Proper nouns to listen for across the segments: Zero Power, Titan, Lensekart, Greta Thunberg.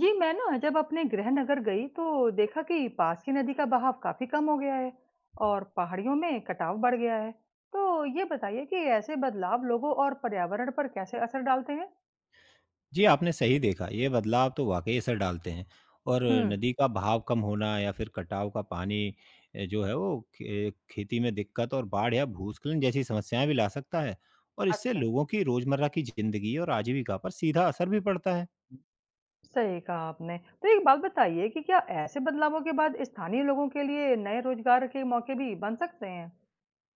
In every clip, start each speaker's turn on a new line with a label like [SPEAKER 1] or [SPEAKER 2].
[SPEAKER 1] जी मैं ना जब अपने गृह नगर गई तो देखा कि पास की नदी का बहाव काफी कम हो गया है और पहाड़ियों में कटाव बढ़ गया है। तो ये बताइए कि ऐसे बदलाव लोगों और पर्यावरण पर कैसे असर डालते हैं।
[SPEAKER 2] जी, आपने सही देखा, ये बदलाव तो वाक़ई असर डालते हैं। और
[SPEAKER 1] हम्म।
[SPEAKER 2] नदी का बहाव कम होना या फिर कटाव का पानी, जो है वो खे खेती में दिक्कत और बाढ़ या भूस्खलन जैसी समस्याएँ भी ला सकता है। और इससे
[SPEAKER 1] अच्छा,
[SPEAKER 2] लोगों की रोज़मर्रा की ज़िंदगी और आजीविका पर सीधा असर भी पड़ता है।
[SPEAKER 1] सही कहा आपने। तो एक बात बताइए कि क्या ऐसे बदलावों के बाद स्थानीय लोगों के लिए नए रोजगार के मौके भी बन सकते हैं।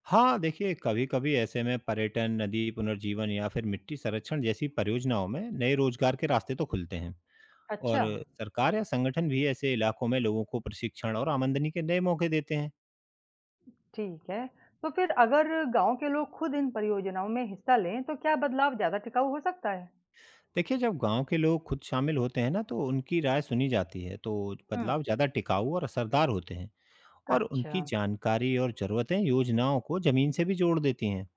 [SPEAKER 2] हाँ, देखिए, कभी-कभी ऐसे में पर्यटन, नदी पुनर्जीवन या फिर मिट्टी संरक्षण जैसी परियोजनाओं में नए रोज़गार के रास्ते तो खुलते हैं।
[SPEAKER 1] अच्छा।
[SPEAKER 2] और सरकार या संगठन भी ऐसे इलाकों में लोगों को प्रशिक्षण और आमदनी के नए मौके देते हैं।
[SPEAKER 1] ठीक है, तो फिर अगर गांव के लोग खुद इन परियोजनाओं में हिस्सा लें, तो क्या बदलाव ज्यादा टिकाऊ हो सकता है।
[SPEAKER 2] देखिए, जब गाँव के लोग खुद शामिल होते हैं ना, तो उनकी राय सुनी जाती है, तो
[SPEAKER 1] हम्म।
[SPEAKER 2] बदलाव ज़्यादा टिकाऊ और असरदार होते हैं। और
[SPEAKER 1] अच्छा।
[SPEAKER 2] उनकी जानकारी और ज़रूरतें योजनाओं को ज़मीन से भी जोड़ देती हैं।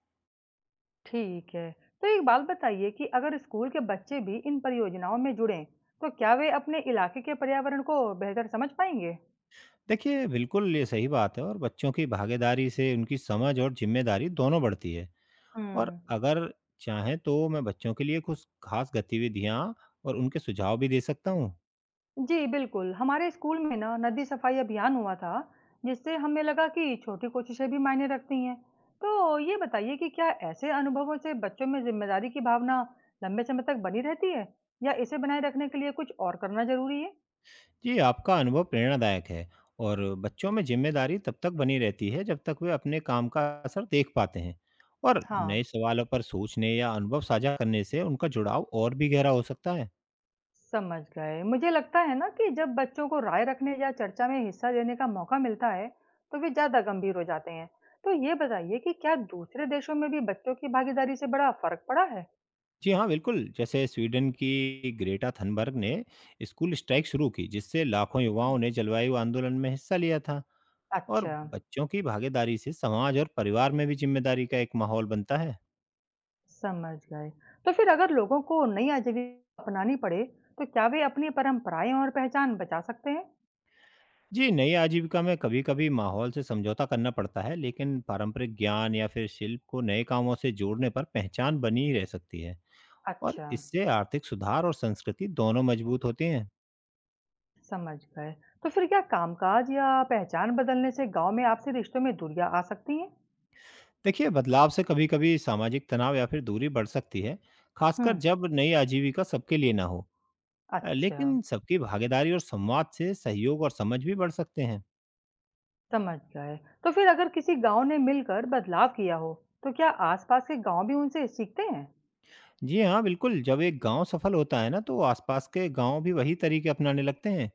[SPEAKER 1] ठीक है। तो एक बात बताइए कि अगर स्कूल के बच्चे भी इन परियोजनाओं में जुड़ें, तो क्या वे अपने इलाके के पर्यावरण को बेहतर समझ पाएंगे?
[SPEAKER 2] देखिए, बिल्कुल ये सही बात है। और बच्चों की भागीदारी से उनकी समझ और ज़िम्मेदारी दोनों बढ़ती है। और
[SPEAKER 1] हम्म।
[SPEAKER 2] अगर चाहें, तो मैं बच्चों के लिए कुछ ख़ास गतिविधियाँ और उनके सुझाव भी दे सकता हूँ।
[SPEAKER 1] जी, बिल्कुल। हमारे स्कूल में ना नदी सफाई अभियान हुआ था, जिससे हमें लगा कि छोटी कोशिशें भी मायने रखती हैं। तो ये बताइए कि क्या ऐसे अनुभवों से बच्चों में जिम्मेदारी की भावना लंबे समय तक बनी रहती है, या इसे बनाए रखने के लिए कुछ और करना जरूरी है?
[SPEAKER 2] जी, आपका अनुभव प्रेरणादायक है। और बच्चों में जिम्मेदारी तब तक बनी रहती है जब तक वे अपने काम का असर देख पाते हैं। और
[SPEAKER 1] हाँ,
[SPEAKER 2] नए सवालों पर सोचने या अनुभव साझा करने से उनका जुड़ाव और भी गहरा हो सकता है।
[SPEAKER 1] समझ गए। मुझे लगता है ना कि जब बच्चों को राय रखने या चर्चा में हिस्सा लेने का मौका मिलता है, तो वे ज़्यादा गंभीर हो जाते हैं। तो ये बताइए कि क्या दूसरे देशों में भी बच्चों की भागीदारी से बड़ा फर्क पड़ा है?
[SPEAKER 2] जी हाँ, बिल्कुल। जैसे स्वीडन की ग्रेटा थनबर्ग ने स्कूल स्ट्राइक शुरू की, जिससे लाखों
[SPEAKER 1] हाँ।
[SPEAKER 2] युवाओं ने जलवायु आंदोलन में हिस्सा लिया था। और
[SPEAKER 1] अच्छा,
[SPEAKER 2] बच्चों की भागीदारी से समाज और परिवार में भी जिम्मेदारी का एक माहौल बनता है।
[SPEAKER 1] समझ गए। तो फिर अगर लोगों को नई आजीविका अपनानी पड़े, तो क्या वे अपनी परंपराएं और पहचान बचा सकते हैं?
[SPEAKER 2] जी, नई आजीविका में कभी-कभी माहौल से समझौता करना पड़ता है, लेकिन पारंपरिक ज्ञान या फिर शिल्प को नए कामों से जोड़ने पर पहचान बनी ही रह सकती है। और
[SPEAKER 1] अच्छा,
[SPEAKER 2] इससे आर्थिक सुधार और संस्कृति दोनों मजबूत होती हैं।
[SPEAKER 1] समझ गए। तो फिर क्या कामकाज या पहचान बदलने से गांव में आपसी रिश्तों में दूरियां आ सकती हैं?
[SPEAKER 2] देखिए, बदलाव से कभी-कभी सामाजिक तनाव या फिर दूरी बढ़ सकती है, खासकर
[SPEAKER 1] हम्म,
[SPEAKER 2] जब नई आजीविका सबके लिए ना हो।
[SPEAKER 1] अच्छा।
[SPEAKER 2] लेकिन सबकी भागीदारी और संवाद से सहयोग और समझ भी बढ़ सकते हैं।
[SPEAKER 1] समझ गए। तो फिर अगर किसी गांव ने मिलकर बदलाव किया हो, तो क्या आसपास के गांव भी उनसे सीखते हैं?
[SPEAKER 2] जी हाँ, बिल्कुल। जब एक गांव सफल होता है ना, तो आसपास के गांव भी वही तरीके अपनाने लगते हैं।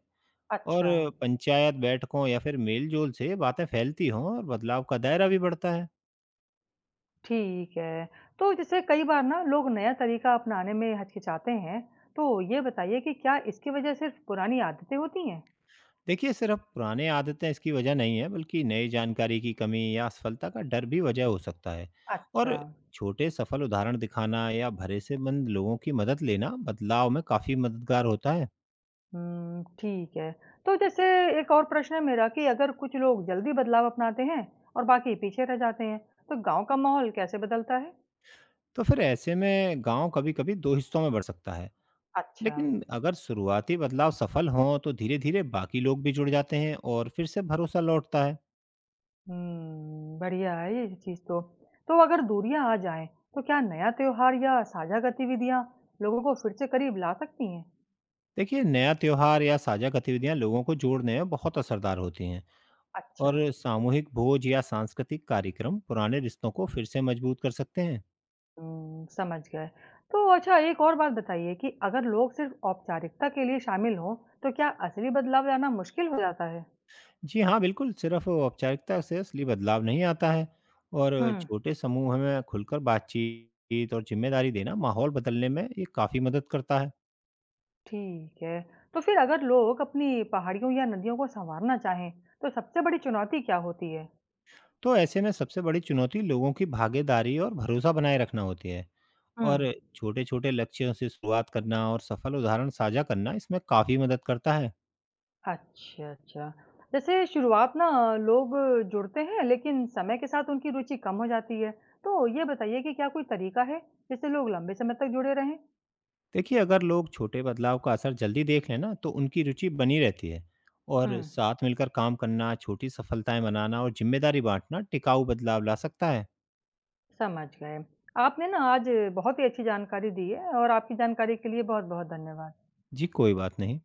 [SPEAKER 2] और
[SPEAKER 1] अच्छा।
[SPEAKER 2] पंचायत बैठकों या फिर मेल-जोल से ये बातें फैलती हों और बदलाव का दायरा भी
[SPEAKER 1] हम्म,
[SPEAKER 2] बढ़ता है।
[SPEAKER 1] ठीक है। तो जैसे कई बार ना लोग नया तरीका अपनाने में हिचकिचाते हैं, तो ये बताइए कि क्या इसकी वजह सिर्फ पुरानी आदतें होती हैं?
[SPEAKER 2] देखिए, सिर्फ पुराने आदतें इसकी वजह नहीं है, बल्कि नई जानकारी की कमी या असफलता का डर भी वजह हो सकता है।
[SPEAKER 1] अच्छा।
[SPEAKER 2] और छोटे सफल उदाहरण दिखाना या भरोसेमंद लोगों की मदद लेना बदलाव में काफ़ी मददगार होता है।
[SPEAKER 1] ठीक है। तो जैसे एक और प्रश्न है मेरा कि अगर कुछ लोग जल्दी बदलाव अपनाते हैं और बाकी पीछे रह जाते हैं, तो गांव का माहौल कैसे बदलता है?
[SPEAKER 2] तो फिर ऐसे में गाँव कभी-कभी 2 हिस्सों में बढ़ सकता है।
[SPEAKER 1] अच्छा।
[SPEAKER 2] लेकिन अगर शुरुआती बदलाव सफल हों, तो धीरे-धीरे बाकी लोग भी जुड़ जाते हैं और फिर से भरोसा लौटता है।
[SPEAKER 1] हुँ, बढ़िया है ये चीज़ तो। तो अगर दूरियाँ आ जाएँ, तो क्या नया त्योहार या साझा गतिविधियाँ लोगों को फिर से करीब ला सकती हैं?
[SPEAKER 2] देखिए, नया त्योहार या साझा गतिविधियां लोगों को जोड़ने में बहुत असरदार होती हैं।
[SPEAKER 1] अच्छा,
[SPEAKER 2] और सामूहिक भोज या सांस्कृतिक कार्यक्रम पुराने रिश्तों को फिर से मजबूत कर सकते हैं।
[SPEAKER 1] हुँ, समझ गए। तो अच्छा, एक और बात बताइए कि अगर लोग सिर्फ़ औपचारिकता के लिए शामिल हों, तो क्या असली बदलाव लाना मुश्किल हो जाता है?
[SPEAKER 2] जी हाँ, बिल्कुल। सिर्फ औपचारिकता से असली बदलाव नहीं आता है।
[SPEAKER 1] हुँ,
[SPEAKER 2] और छोटे समूह में खुलकर बातचीत और जिम्मेदारी देना माहौल बदलने में ये काफ़ी मदद करता है।
[SPEAKER 1] ठीक है। तो फिर अगर लोग अपनी पहाड़ियों या नदियों को सँवारना चाहें, तो सबसे बड़ी चुनौती क्या होती है?
[SPEAKER 2] तो ऐसे में सबसे बड़ी चुनौती लोगों की भागीदारी और भरोसा बनाए रखना होती है।
[SPEAKER 1] हुँ।
[SPEAKER 2] और छोटे छोटे लक्ष्यों से शुरुआत करना और सफल उदाहरण साझा करना इसमें काफ़ी मदद करता है।
[SPEAKER 1] अच्छा, अच्छा। जैसे शुरुआत ना लोग जुड़ते हैं लेकिन समय के साथ उनकी रुचि कम हो जाती है। तो ये बताइए कि क्या कोई तरीका है जिससे लोग लंबे समय तक जुड़े रहें?
[SPEAKER 2] देखिए, अगर लोग छोटे बदलाव का असर जल्दी देख लें ना, तो उनकी रुचि बनी रहती है।
[SPEAKER 1] हुँ,
[SPEAKER 2] और साथ मिलकर काम करना, छोटी सफलताएं मनाना और जिम्मेदारी बांटना टिकाऊ बदलाव ला सकता है।
[SPEAKER 1] समझ गए। आपने ना आज बहुत ही अच्छी जानकारी दी है और आपकी जानकारी के लिए बहुत-बहुत धन्यवाद।
[SPEAKER 2] जी, कोई बात नहीं।